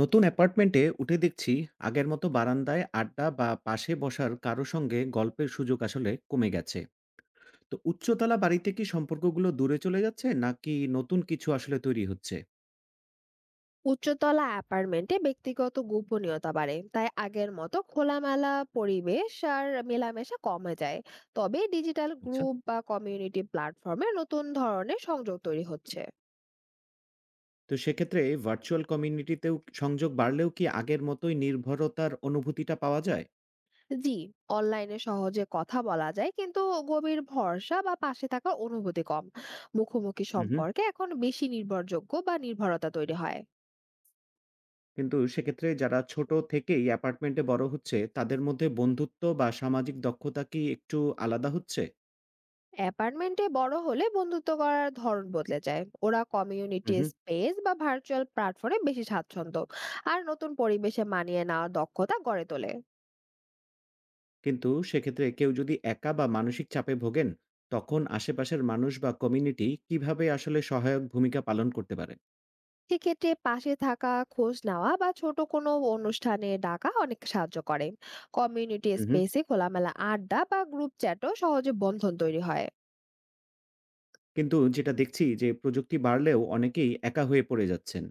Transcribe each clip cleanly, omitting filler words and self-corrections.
নতুন অ্যাপার্টমেন্টে উঠে দেখছি আগের মতো বারান্দায় আড্ডা বা পাশে বসার কারো সঙ্গে গল্পের সুযোগ আসলে কমে গেছে। তো উচ্চতলা বাড়িতে কি সম্পর্কগুলো দূরে চলে যাচ্ছে নাকি নতুন কিছু আসলে তৈরি হচ্ছে? উচ্চতলা অ্যাপার্টমেন্টে ব্যক্তিগত গোপনীয়তা বাড়ে, তাই আগের মতো খোলামেলা পরিবেশ আর মেলামেশা কমে যায়। তবে ডিজিটাল আচ্ছা। গ্রুপ বা কমিউনিটি প্ল্যাটফর্মে নতুন ধরনের সংযোগ তৈরি হচ্ছে। তো সেক্ষেত্রে ভার্চুয়াল কমিউনিটিতেও সংযোগ বাড়লেও কি আগের মতোই নির্ভরতার অনুভূতিটা পাওয়া যায়? জি, অনলাইনে সহজে কথা বলা যায়, কিন্তু গভীর ভরসা বা পাশে থাকার অনুভূতি কম। মুখোমুখি হুম, হুম। সম্পর্কে এখন বেশি নির্ভরযোগ্য বা নির্ভরতা তৈরি হয়। কিন্তু সেক্ষেত্রে যারা ছোট থেকেই অ্যাপার্টমেন্টে বড় হচ্ছে তাদের মধ্যে বন্ধুত্ব বা সামাজিক দক্ষতা কি একটু আলাদা হচ্ছে? অ্যাপার্টমেন্টে বড় হলে বন্ধুত্ব করার ধরন বদলে যায়, ওরা কমিউনিটি হুম। স্পেস বা ভার্চুয়াল প্ল্যাটফর্মে বেশি স্বাচ্ছন্দ্য আর নতুন পরিবেশে মানিয়ে নেওয়ার দক্ষতা গড়ে তোলে। কিন্তু সেক্ষেত্রে কেউ যদি একা বা মানসিক চাপে ভোগেন, তখন আশেপাশের মানুষ বা কমিউনিটি কিভাবে আসলে সহায়ক ভূমিকা পালন করতে পারে? সেক্ষেত্রে পাশে থাকা, খোঁজ নেওয়া বা ছোট কোনো অনুষ্ঠানে ডাকা অনেক সাহায্য করে। Community hmm, hmm. স্পেসে খোলামেলা আড্ডা বা গ্রুপ চ্যাটও সহজে বন্ধন তৈরি হয়। কিন্তু যেটা দেখছি যে প্রযুক্তি বাড়লেও অনেকেই একা হয়ে পড়ে যাচ্ছেন।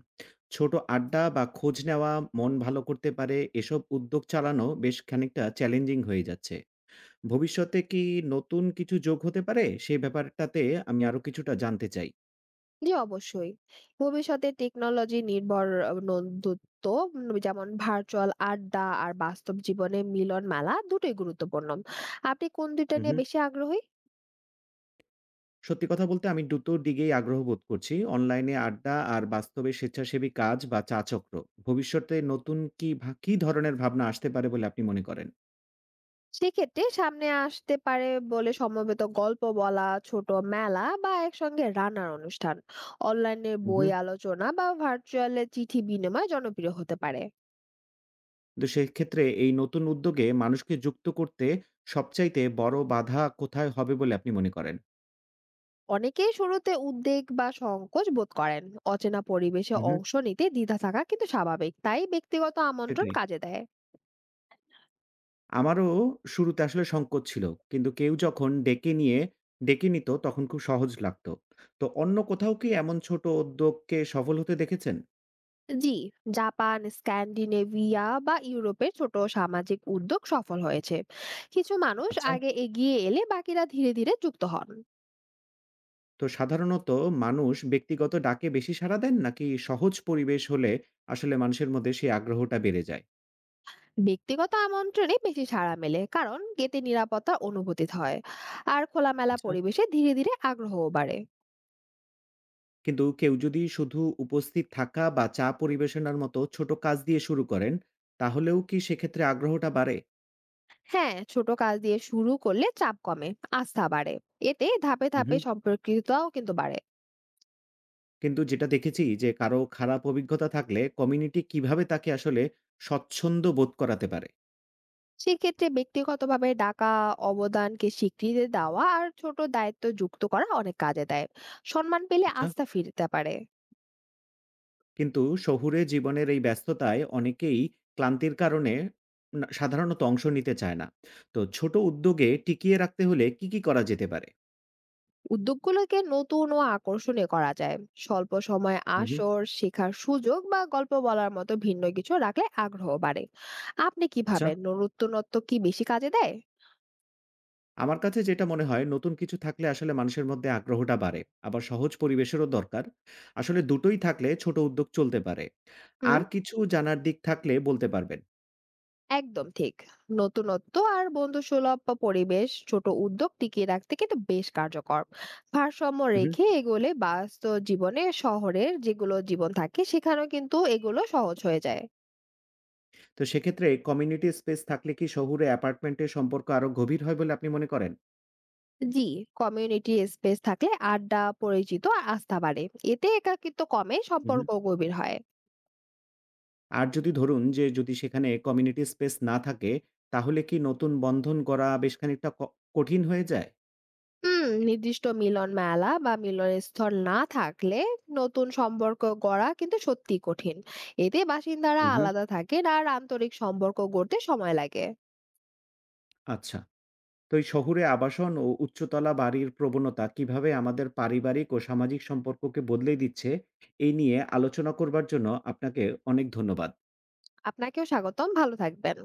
ছোট আড্ডা বা খোঁজ নেওয়া মন ভালো করতে পারে এসব উদ্যোগ চালানো বেশ খানিকটা চ্যালেঞ্জিং হয়ে যাচ্ছে। ভবিষ্যতে কি নতুন কিছু যোগ হতে পারে? সেই ব্যাপারটাতে আমি আরো কিছুটা জানতে চাই। জি, অবশ্যই। ভবিষ্যতে টেকনোলজি নির্ভর বন্ধুত্ব, যেমন ভার্চুয়াল আড্ডা আর বাস্তব জীবনে মিলন মেলা দুটোই গুরুত্বপূর্ণ। আপনি কোন ২ টা নিয়ে বেশি আগ্রহী? সত্যি কথা বলতে আমি দুটো দিকেই আগ্রহ বোধ করছি। অনলাইনে আড্ডা আর বাস্তবে স্বেচ্ছাসেবী কাজ বা চা চক্র। ভবিষ্যতে নতুন কি ধরনের ভাবনা আসতে পারে বলে আপনি মনে করেন? সেক্ষেত্রে সামনে আসতে পারে বলে সমবেত গল্প বলা, ছোট মেলা বা একসঙ্গে রান্নার অনুষ্ঠান। অনলাইনে হু, হু। বই আলোচনা বা ভার্চুয়ালে চিঠি বিনিময় জনপ্রিয় হতে পারে। কিন্তু সেক্ষেত্রে এই নতুন উদ্যোগে মানুষকে যুক্ত করতে সবচাইতে বড় বাধা কোথায় হবে বলে আপনি মনে করেন? অনেকেই শুরুতে উদ্বেগ বা সংকোচ বোধ করেন, অচেনা পরিবেশে হু, হু। অংশ নিতে দ্বিধা থাকা কিন্তু স্বাভাবিক, তাই ব্যক্তিগত আমন্ত্রণ সেটাই। কাজে দেয়। আমারও শুরুতে আসলে সংকোচ ছিল। কিন্তু কেউ যখন ডেকে নিত তখন খুব সহজ লাগতো। তো অন্য কোথাও কি এমন ছোট উদ্যোগকে সফল হতে দেখেছেন? জি, জাপান, স্ক্যান্ডিনেভিয়া বা ইউরোপের ছোট সামাজিক উদ্যোগ সফল হয়েছে। কিছু মানুষ আচ্ছা। আগে এগিয়ে এলে বাকিরা ধীরে ধীরে যুক্ত হন। তো সাধারণত মানুষ ব্যক্তিগত ডাকে বেশি সাড়া দেন নাকি সহজ পরিবেশ হলে আসলে মানুষের মধ্যে সেই আগ্রহটা বেড়ে যায়? ব্যক্তিগত আমন্ত্রণে বেশি সাড়া মেলে, কারণ এতে নিরাপত্তার অনুভূতি হয়, আর খোলামেলা আচ্ছা। পরিবেশে ধীরে ধীরে আগ্রহও বাড়ে। কিন্তু কেউ যদি শুধু উপস্থিত থাকা বা চা পরিবেশনার মতো ছোট কাজ দিয়ে শুরু করেন, তাহলেও কি সেক্ষেত্রে আগ্রহটা বাড়ে? হ্যাঁ, ছোট কাজ দিয়ে শুরু করলে চাপ কমে, আস্থা বাড়ে। এতে ধাপে হুম, ধাপে হুম। সম্পর্কিততাও কিন্তু বাড়ে। কিন্তু যেটা দেখেছি যে কারো খারাপ অভিজ্ঞতা থাকলে কমিউনিটি কিভাবে তাকে আসলে স্বচ্ছন্দ বোধ করাতে পারে? সেক্ষেত্রে ব্যক্তিগতভাবে ডাকা, অবদানকে স্বীকৃতি দেওয়া আর ছোট দায়িত্ব যুক্ত করা অনেক কাজে দেয়। সম্মান পেলে আচ্ছা। আস্থা ফিরতে পারে। কিন্তু শহুরে জীবনের এই ব্যস্ততায় অনেকেই ক্লান্তির কারণে না সাধারণত অংশ নিতে চায় না। তো ছোট উদ্যোগে টিকিয়ে রাখতে হলে কি, কি করা যেতে পারে? উদ্যোগগুলোকে নতুন ও আকর্ষণীয় করা যায়, স্বল্প সময় হু, হু। আসর, শেখার সুযোগ বা গল্প বলার মতো ভিন্ন কিছু রাখলে আগ্রহ বাড়ে। আপনি কি আচ্ছা। ভাবেন নতুনত্ব কি বেশি কাজে দেয়? আমার কাছে যেটা মনে হয় নতুন কিছু থাকলে আসলে মানুষের মধ্যে আগ্রহটা বাড়ে। আবার সহজ পরিবেশেরও দরকার। আসলে দুটোই থাকলে ছোট উদ্যোগ চলতে পারে। হুম, আর কিছু জানার দিক থাকলে বলতে পারবেন। একদম ঠিক। নতুনত্ব আর বন্ধুসুলভ বা পরিবেশ ছোট উদ্যোগ টিকিয়ে রাখতে কিন্তু বেশ কার্যকর। ভারসাম্য হু, হু। রেখে এগোলে বাস্তব জীবনে শহরের যেগুলো জীবন থাকে সেখানেও কিন্তু এগুলো সহজ হয়ে যায়। তো সেক্ষেত্রে কমিউনিটি স্পেস থাকলে কি শহুরে অ্যাপার্টমেন্টের সম্পর্ক আরো গভীর হয় বলে আপনি মনে করেন? জি, কমিউনিটি স্পেস থাকলে আড্ডা, পরিচিত আর আস্থা বাড়ে। এতে একাকিত্ব কমে, হু, হু। সম্পর্ক গভীর হয়। আর যদি ধরুন যে যদি সেখানে কমিউনিটি স্পেস না থাকে, তাহলে কি নতুন বন্ধন গড়া বেশ খানিকটা কঠিন হয়ে যায়? হুম, নির্দিষ্ট মিলন মেলা বা মিলনের স্থল না থাকলে নতুন সম্পর্ক গড়া কিন্তু সত্যি কঠিন। এতে বাসিন্দারা হুম, হুম। আলাদা থাকেন আর আন্তরিক সম্পর্ক গড়তে সময় লাগে। আচ্ছা। তো এই শহুরে আবাসন ও উচ্চতলা বাড়ির প্রবণতা কিভাবে আমাদের পারিবারিক ও সামাজিক সম্পর্ককে বদলে দিচ্ছে, এই নিয়ে আলোচনা করবার জন্য আপনাকে অনেক ধন্যবাদ। আপনাকেও স্বাগতম, ভালো থাকবেন।